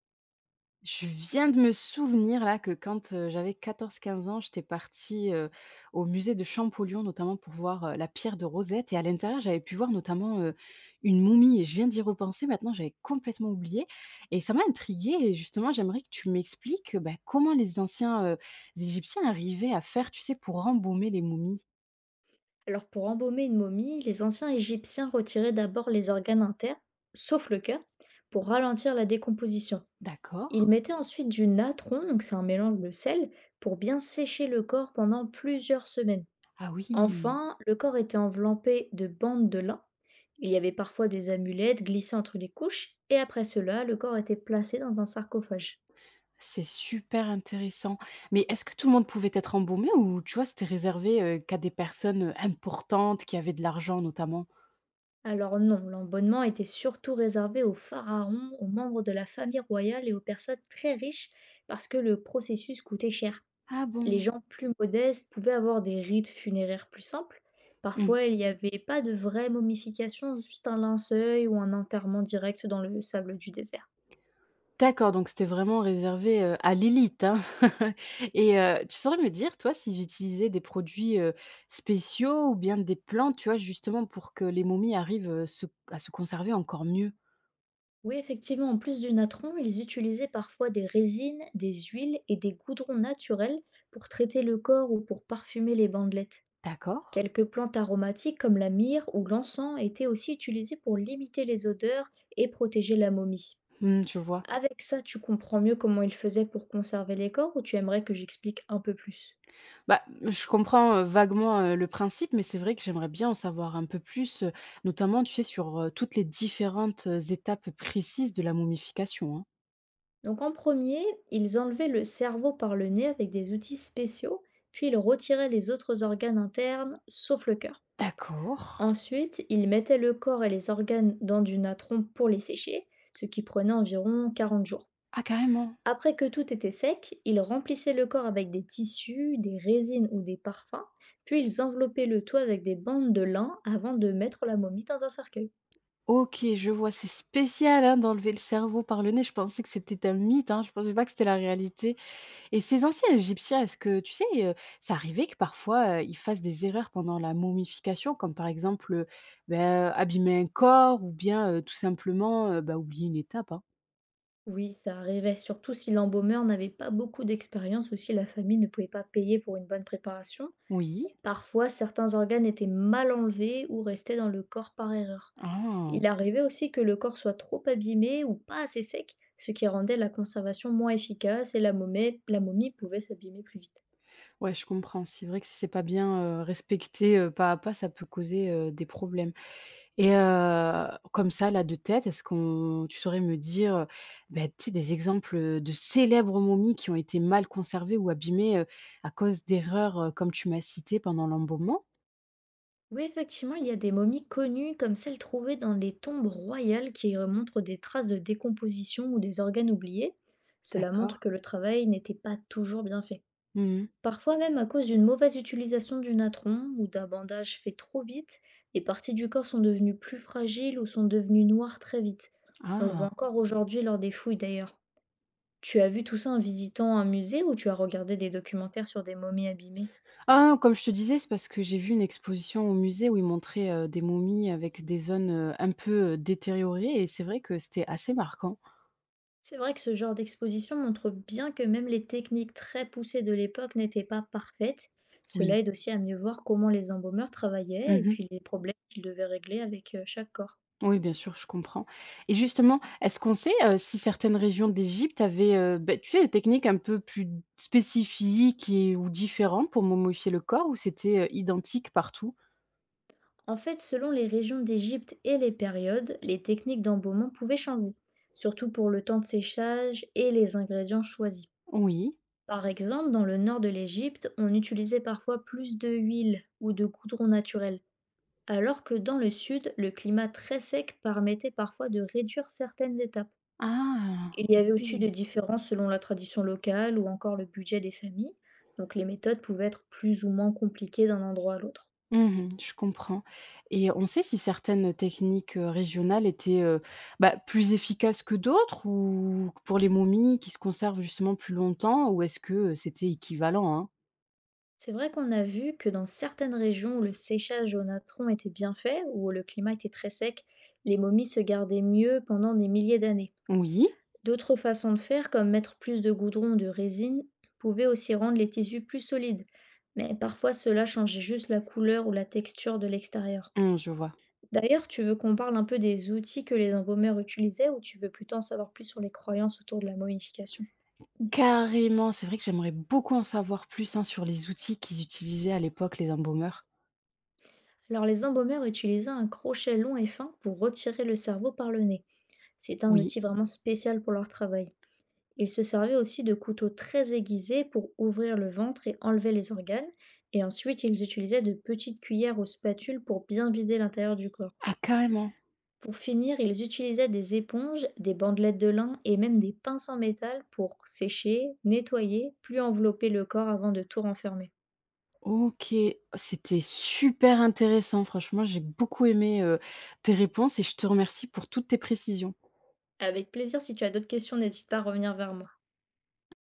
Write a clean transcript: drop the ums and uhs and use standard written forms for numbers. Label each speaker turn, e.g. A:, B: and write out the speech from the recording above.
A: Je viens de me souvenir là que quand, j'avais 14 15 ans. J'étais partie, au musée de Champollion notamment pour voir, la pierre de Rosette, et à l'intérieur, j'avais pu voir notamment, une momie. Et je viens d'y repenser maintenant, j'avais complètement oublié et ça m'a intriguée. Et justement, j'aimerais que tu m'expliques, bah, comment les anciens, Égyptiens arrivaient à faire, tu sais, pour embaumer les momies?
B: Alors pour embaumer une momie, les anciens Égyptiens retiraient d'abord les organes internes, sauf le cœur, pour ralentir la décomposition.
A: D'accord.
B: Ils mettaient ensuite du natron, donc c'est un mélange de sel, pour bien sécher le corps pendant plusieurs semaines.
A: Ah oui!
B: Enfin, le corps était enveloppé de bandes de lin. Il y avait parfois des amulettes glissées entre les couches, et après cela, le corps était placé dans un sarcophage.
A: C'est super intéressant. Mais est-ce que tout le monde pouvait être embaumé ou tu vois, c'était réservé, qu'à des personnes, importantes qui avaient de l'argent notamment?
B: Alors non, l'embonnement était surtout réservé aux pharaons, aux membres de la famille royale et aux personnes très riches parce que le processus coûtait cher.
A: Ah
B: Les
A: bon?
B: gens plus modestes pouvaient avoir des rites funéraires plus simples.
A: Mmh.
B: Parfois, il n'y avait pas de vraie momification, juste un linceul ou un enterrement direct dans le sable du désert.
A: D'accord, donc c'était vraiment réservé, à l'élite, hein? Et tu saurais me dire, toi, s'ils utilisaient des produits, spéciaux ou bien des plantes, tu vois, justement pour que les momies arrivent, se à se conserver encore mieux?
B: Oui, effectivement, en plus du natron, ils utilisaient parfois des résines, des huiles et des goudrons naturels pour traiter le corps ou pour parfumer les bandelettes.
A: D'accord.
B: Quelques plantes aromatiques comme la myrrhe ou l'encens étaient aussi utilisées pour limiter les odeurs et protéger la momie.
A: Mmh, je vois.
B: Avec ça, tu comprends mieux comment ils faisaient pour conserver les corps ou tu aimerais que j'explique un peu plus?
A: Bah, je comprends, vaguement, le principe, mais c'est vrai que j'aimerais bien en savoir un peu plus, notamment, tu sais, sur, toutes les différentes, étapes précises de la momification, hein.
B: Donc en premier, ils enlevaient le cerveau par le nez avec des outils spéciaux, puis ils retiraient les autres organes internes, sauf le cœur.
A: D'accord.
B: Ensuite, ils mettaient le corps et les organes dans du natron pour les sécher, ce qui prenait environ 40 jours.
A: Ah, carrément.
B: Après que tout était sec, ils remplissaient le corps avec des tissus, des résines ou des parfums, puis ils enveloppaient le tout avec des bandes de lin avant de mettre la momie dans un cercueil.
A: OK, je vois, c'est spécial, hein, d'enlever le cerveau par le nez. Je pensais que c'était un mythe, hein, je pensais pas que c'était la réalité. Et ces anciens Égyptiens, est-ce que tu sais, ça arrivait que parfois, ils fassent des erreurs pendant la momification? Comme par exemple, bah, abîmer un corps ou bien, tout simplement, bah, oublier une étape, hein?
B: Oui, ça arrivait, surtout si l'embaumeur n'avait pas beaucoup d'expérience ou si la famille ne pouvait pas payer pour une bonne préparation.
A: Oui.
B: Parfois, certains organes étaient mal enlevés ou restaient dans le corps par erreur. Il
A: Ah!
B: arrivait aussi que le corps soit trop abîmé ou pas assez sec, ce qui rendait la conservation moins efficace et la momie pouvait s'abîmer plus vite.
A: Ouais, je comprends. C'est vrai que si c'est pas bien, respecté, pas à pas, ça peut causer, des problèmes. Et comme ça, là, de tête, est-ce qu'on tu saurais me dire, bah, tu sais, des exemples, de célèbres momies qui ont été mal conservées ou abîmées, à cause d'erreurs, comme tu m'as cité pendant l'embaumement?
B: Oui, effectivement, il y a des momies connues comme celles trouvées dans les tombes royales qui montrent des traces de décomposition ou des organes oubliés. Cela montre
A: D'accord.
B: que le travail n'était pas toujours bien fait.
A: Mmh.
B: Parfois même à cause d'une mauvaise utilisation du natron ou d'un bandage fait trop vite, des parties du corps sont devenues plus fragiles ou sont devenues noires très vite. On le voit
A: Ah!
B: encore aujourd'hui lors des fouilles d'ailleurs. Tu as vu tout ça en visitant un musée ou tu as regardé des documentaires sur des momies abîmées?
A: Ah, comme je te disais, c'est parce que j'ai vu une exposition au musée où ils montraient, des momies avec des zones, un peu, détériorées, et c'est vrai que c'était assez marquant.
B: C'est vrai que ce genre d'exposition montre bien que même les techniques très poussées de l'époque n'étaient pas parfaites.
A: Oui.
B: Cela aide aussi à mieux voir comment les embaumeurs travaillaient et
A: Mmh.
B: puis les problèmes qu'ils devaient régler avec chaque corps.
A: Oui, bien sûr, je comprends. Et justement, est-ce qu'on sait, si certaines régions d'Égypte avaient, beh, tu sais, des techniques un peu plus spécifiques et ou différentes pour momifier le corps, ou c'était, identique partout?
B: En fait, selon les régions d'Égypte et les périodes, les techniques d'embaumement pouvaient changer, surtout pour le temps de séchage et les ingrédients choisis.
A: Oui.
B: Par exemple, dans le nord de l'Égypte, on utilisait parfois plus de huile ou de goudron naturel, alors que dans le sud, le climat très sec permettait parfois de réduire certaines étapes.
A: Ah!
B: Il y avait aussi
A: OK.
B: des différences selon la tradition locale ou encore le budget des familles, donc les méthodes pouvaient être plus ou moins compliquées d'un endroit à l'autre.
A: Mmh, je comprends. Et on sait si certaines techniques, régionales étaient, bah, plus efficaces que d'autres ou pour les momies qui se conservent justement plus longtemps, ou est-ce que, c'était équivalent, hein?
B: C'est vrai qu'on a vu que dans certaines régions où le séchage au natron était bien fait, où le climat était très sec, les momies se gardaient mieux pendant des milliers d'années.
A: Oui,
B: D'autres façons de faire, comme mettre plus de goudron ou de résine, pouvaient aussi rendre les tissus plus solides, mais parfois cela changeait juste la couleur ou la texture de l'extérieur.
A: mmh, je vois.
B: D'ailleurs, tu veux qu'on parle un peu des outils que les embaumeurs utilisaient ou tu veux plutôt en savoir plus sur les croyances autour de la momification?
A: Carrément, c'est vrai que j'aimerais beaucoup en savoir plus, hein, sur les outils qu'ils utilisaient à l'époque, les embaumeurs.
B: Alors les embaumeurs utilisaient un crochet long et fin pour retirer le cerveau par le nez. C'est un
A: Oui.
B: outil vraiment spécial pour leur travail. Ils se servaient aussi de couteaux très aiguisés pour ouvrir le ventre et enlever les organes, et ensuite ils utilisaient de petites cuillères ou spatules pour bien vider l'intérieur du corps.
A: Ah carrément!
B: Pour finir, ils utilisaient des éponges, des bandelettes de lin et même des pinces en métal pour sécher, nettoyer, puis envelopper le corps avant de tout renfermer.
A: OK. C'était super intéressant. Franchement, j'ai beaucoup aimé, tes réponses, et je te remercie pour toutes tes précisions.
B: Avec plaisir, si tu as d'autres questions, n'hésite pas à revenir vers moi.